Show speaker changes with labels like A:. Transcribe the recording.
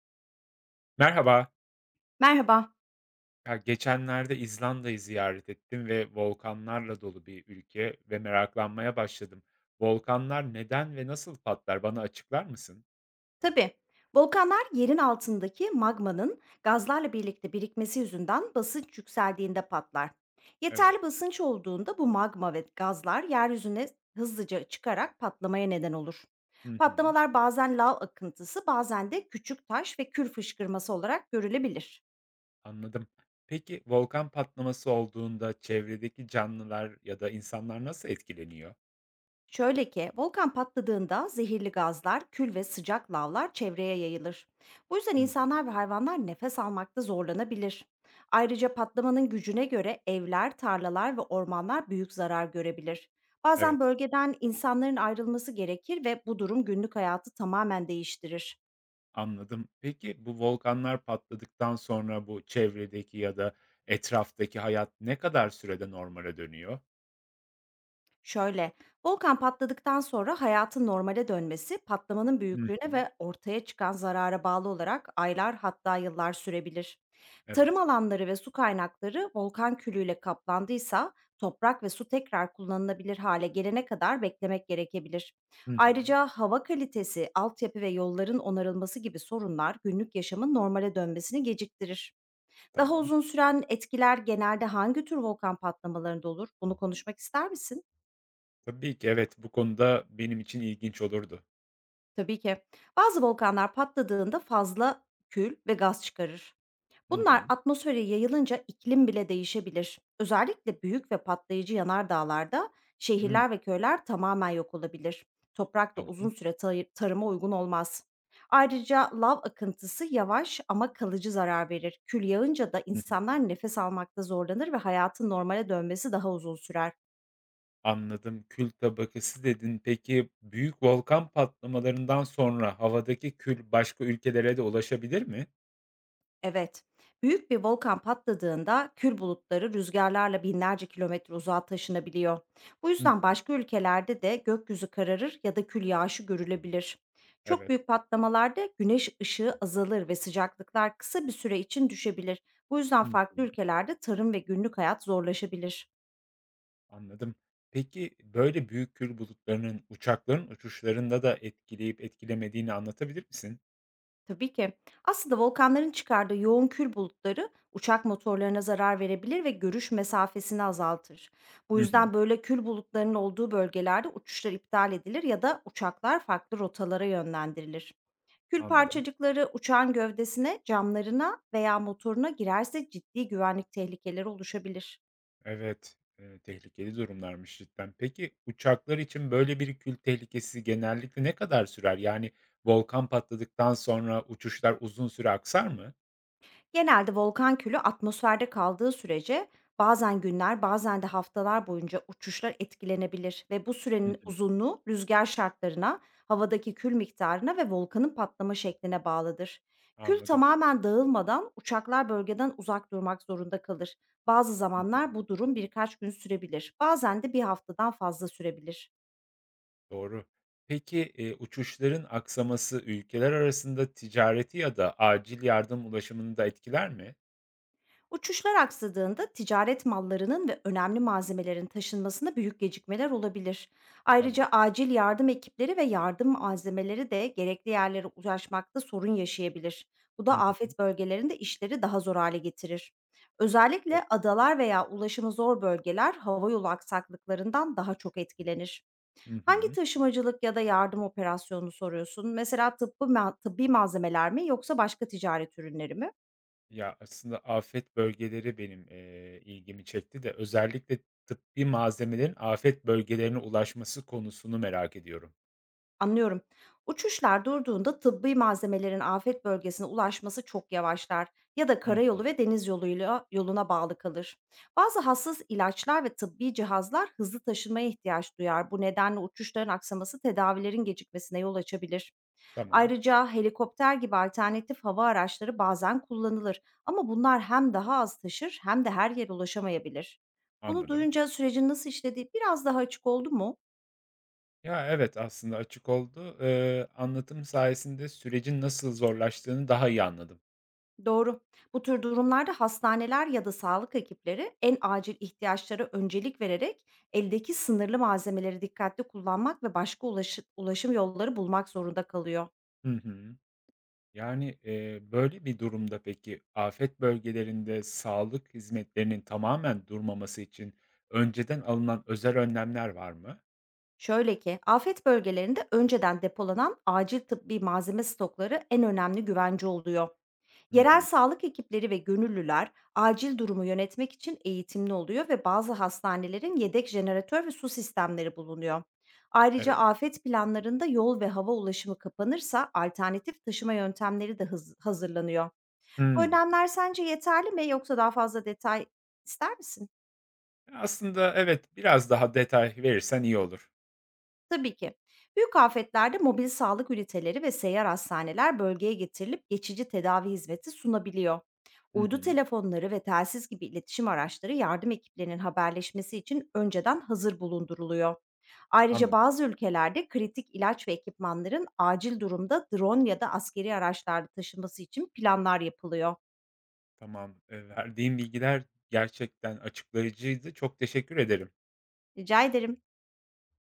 A: Merhaba.
B: Merhaba.
A: Ya geçenlerde İzlanda'yı ziyaret ettim ve volkanlarla dolu bir ülke ve meraklanmaya başladım. Volkanlar neden ve nasıl patlar? Bana açıklar mısın?
B: Tabii. Volkanlar yerin altındaki magmanın gazlarla birlikte birikmesi yüzünden basınç yükseldiğinde patlar.
A: Evet.
B: Yeterli basınç olduğunda bu magma ve gazlar yeryüzüne hızlıca çıkarak patlamaya neden olur.
A: Hı hı,
B: Patlamalar bazen lav akıntısı, bazen de küçük taş ve kül fışkırması olarak görülebilir.
A: anladım. Peki volkan patlaması olduğunda çevredeki canlılar ya da insanlar nasıl etkileniyor?
B: Şöyle ki, volkan patladığında zehirli gazlar, kül ve sıcak lavlar çevreye yayılır. Bu yüzden
A: Hı hı,
B: insanlar ve hayvanlar nefes almakta zorlanabilir. Ayrıca patlamanın gücüne göre evler, tarlalar ve ormanlar büyük zarar görebilir. Bazen
A: evet,
B: bölgeden insanların ayrılması gerekir ve bu durum günlük hayatı tamamen değiştirir.
A: anladım. Peki bu volkanlar patladıktan sonra bu çevredeki ya da etraftaki hayat ne kadar sürede normale dönüyor?
B: Şöyle, volkan patladıktan sonra hayatın normale dönmesi patlamanın
A: Hı
B: büyüklüğüne
A: hı,
B: ve ortaya çıkan zarara bağlı olarak aylar, hatta yıllar sürebilir. Tarım
A: evet.
B: alanları ve su kaynakları volkan külüyle kaplandıysa toprak ve su tekrar kullanılabilir hale gelene kadar beklemek gerekebilir.
A: Hı hı,
B: Ayrıca hava kalitesi, altyapı ve yolların onarılması gibi sorunlar günlük yaşamın normale dönmesini geciktirir. Daha
A: tamam.
B: uzun süren etkiler genelde hangi tür volkan patlamalarında olur? Bunu konuşmak ister misin?
A: Tabii ki, evet, bu konuda benim için ilginç olurdu.
B: Tabii ki. Bazı volkanlar patladığında fazla kül ve gaz çıkarır.
A: Hı
B: Bunlar
A: hı.
B: atmosfere yayılınca iklim bile değişebilir. Özellikle büyük ve patlayıcı yanardağlarda
A: Hıı,
B: şehirler ve köyler tamamen yok olabilir. Toprak da uzun
A: tamam.
B: süre tarıma uygun olmaz. Ayrıca lav akıntısı yavaş ama kalıcı zarar verir. Kül yağınca da
A: Hı hı.
B: insanlar nefes almakta zorlanır ve hayatın normale dönmesi daha uzun sürer.
A: Anladım. "Kül tabakası" dedin. Peki, büyük volkan patlamalarından sonra havadaki kül başka ülkelere de ulaşabilir mi?
B: Evet. Büyük bir volkan patladığında kül bulutları rüzgarlarla binlerce kilometre uzağa taşınabiliyor. Bu
A: Hı
B: yüzden
A: hı.
B: başka ülkelerde de gökyüzü kararır ya da kül yağışı görülebilir. Çok
A: Evet.
B: büyük patlamalarda güneş ışığı azalır ve sıcaklıklar kısa bir süre için düşebilir. Bu yüzden
A: Hı
B: farklı
A: hı.
B: ülkelerde tarım ve günlük hayat zorlaşabilir.
A: Anladım. Peki, böyle büyük kül bulutlarının uçakların uçuşlarında da etkileyip etkilemediğini anlatabilir misin?
B: Tabii ki. Aslında volkanların çıkardığı yoğun kül bulutları uçak motorlarına zarar verebilir ve görüş mesafesini azaltır. Bu
A: Hı hı.
B: yüzden böyle kül bulutlarının olduğu bölgelerde uçuşlar iptal edilir ya da uçaklar farklı rotalara yönlendirilir. Kül
A: Anladım.
B: parçacıkları uçağın gövdesine, camlarına veya motoruna girerse ciddi güvenlik tehlikeleri oluşabilir.
A: Evet, tehlikeli durumlarmış cidden. Peki uçaklar için böyle bir kül tehlikesi genellikle ne kadar sürer? Yani volkan patladıktan sonra uçuşlar uzun süre aksar mı?
B: Genelde volkan külü atmosferde kaldığı sürece bazen günler, bazen de haftalar boyunca uçuşlar etkilenebilir ve bu
A: Hı hı.
B: sürenin uzunluğu rüzgar şartlarına, havadaki kül miktarına ve volkanın patlama şekline bağlıdır. Kül
A: Anladım.
B: tamamen dağılmadan uçaklar bölgeden uzak durmak zorunda kalır. Bazı
A: Hı hı.
B: zamanlar bu durum birkaç gün sürebilir. Bazen de bir haftadan fazla sürebilir.
A: Doğru. Peki, uçuşların aksaması ülkeler arasında ticareti ya da acil yardım ulaşımını da etkiler mi?
B: Uçuşlar aksadığında ticaret mallarının ve önemli malzemelerin taşınmasında büyük gecikmeler olabilir.
A: Tamam.
B: Ayrıca acil yardım ekipleri ve yardım malzemeleri de gerekli yerlere ulaşmakta sorun yaşayabilir. Bu
A: Hı
B: da
A: hı.
B: afet bölgelerinde işleri daha zor hale getirir. Özellikle
A: Evet.
B: adalar veya ulaşımı zor bölgeler havayolu aksaklıklarından daha çok etkilenir.
A: Hı
B: Hangi
A: hı.
B: taşımacılık ya da yardım operasyonunu soruyorsun? Mesela tıbbi, tıbbi malzemeler mi, yoksa başka ticaret ürünleri mi?
A: Ya, aslında afet bölgeleri benim, ilgimi çekti de özellikle tıbbi malzemelerin afet bölgelerine ulaşması konusunu merak ediyorum.
B: Anlıyorum. Uçuşlar durduğunda tıbbi malzemelerin afet bölgesine ulaşması çok yavaşlar ya da
A: Hı hı.
B: karayolu ve deniz yoluyla yoluna bağlı kalır. Bazı hassas ilaçlar ve tıbbi cihazlar hızlı taşınmaya ihtiyaç duyar. Bu nedenle uçuşların aksaması tedavilerin gecikmesine yol açabilir.
A: Tamam,
B: Ayrıca helikopter gibi alternatif hava araçları bazen kullanılır, ama bunlar hem daha az taşır, hem de her yere ulaşamayabilir. Bunu
A: anladım.
B: duyunca sürecin nasıl işlediği biraz daha açık oldu mu?
A: Ya, evet, aslında açık oldu. Anlatım sayesinde sürecin nasıl zorlaştığını daha iyi anladım.
B: Doğru. Bu tür durumlarda hastaneler ya da sağlık ekipleri en acil ihtiyaçlara öncelik vererek eldeki sınırlı malzemeleri dikkatli kullanmak ve başka ulaşım yolları bulmak zorunda kalıyor.
A: Hı hı. Yani, böyle bir durumda peki afet bölgelerinde sağlık hizmetlerinin tamamen durmaması için önceden alınan özel önlemler var mı?
B: Şöyle ki, afet bölgelerinde önceden depolanan acil tıbbi malzeme stokları en önemli güvence oluyor.
A: Hı
B: Yerel
A: hı.
B: sağlık ekipleri ve gönüllüler acil durumu yönetmek için eğitimli oluyor ve bazı hastanelerin yedek jeneratör ve su sistemleri bulunuyor. Ayrıca
A: Evet.
B: afet planlarında yol ve hava ulaşımı kapanırsa alternatif taşıma yöntemleri de hazırlanıyor. Bu
A: Hıı.
B: önlemler sence yeterli mi, yoksa daha fazla detay ister misin?
A: Aslında evet, biraz daha detay verirsen iyi olur.
B: Tabii ki. Büyük afetlerde mobil sağlık üniteleri ve seyyar hastaneler bölgeye getirilip geçici tedavi hizmeti sunabiliyor.
A: Hı
B: Uydu
A: hı,
B: telefonları ve telsiz gibi iletişim araçları yardım ekiplerinin haberleşmesi için önceden hazır bulunduruluyor. Ayrıca
A: anladım.
B: bazı ülkelerde kritik ilaç ve ekipmanların acil durumda drone ya da askeri araçlarda taşınması için planlar yapılıyor.
A: Tamam, verdiğin bilgiler gerçekten açıklayıcıydı. Çok teşekkür ederim.
B: Rica ederim.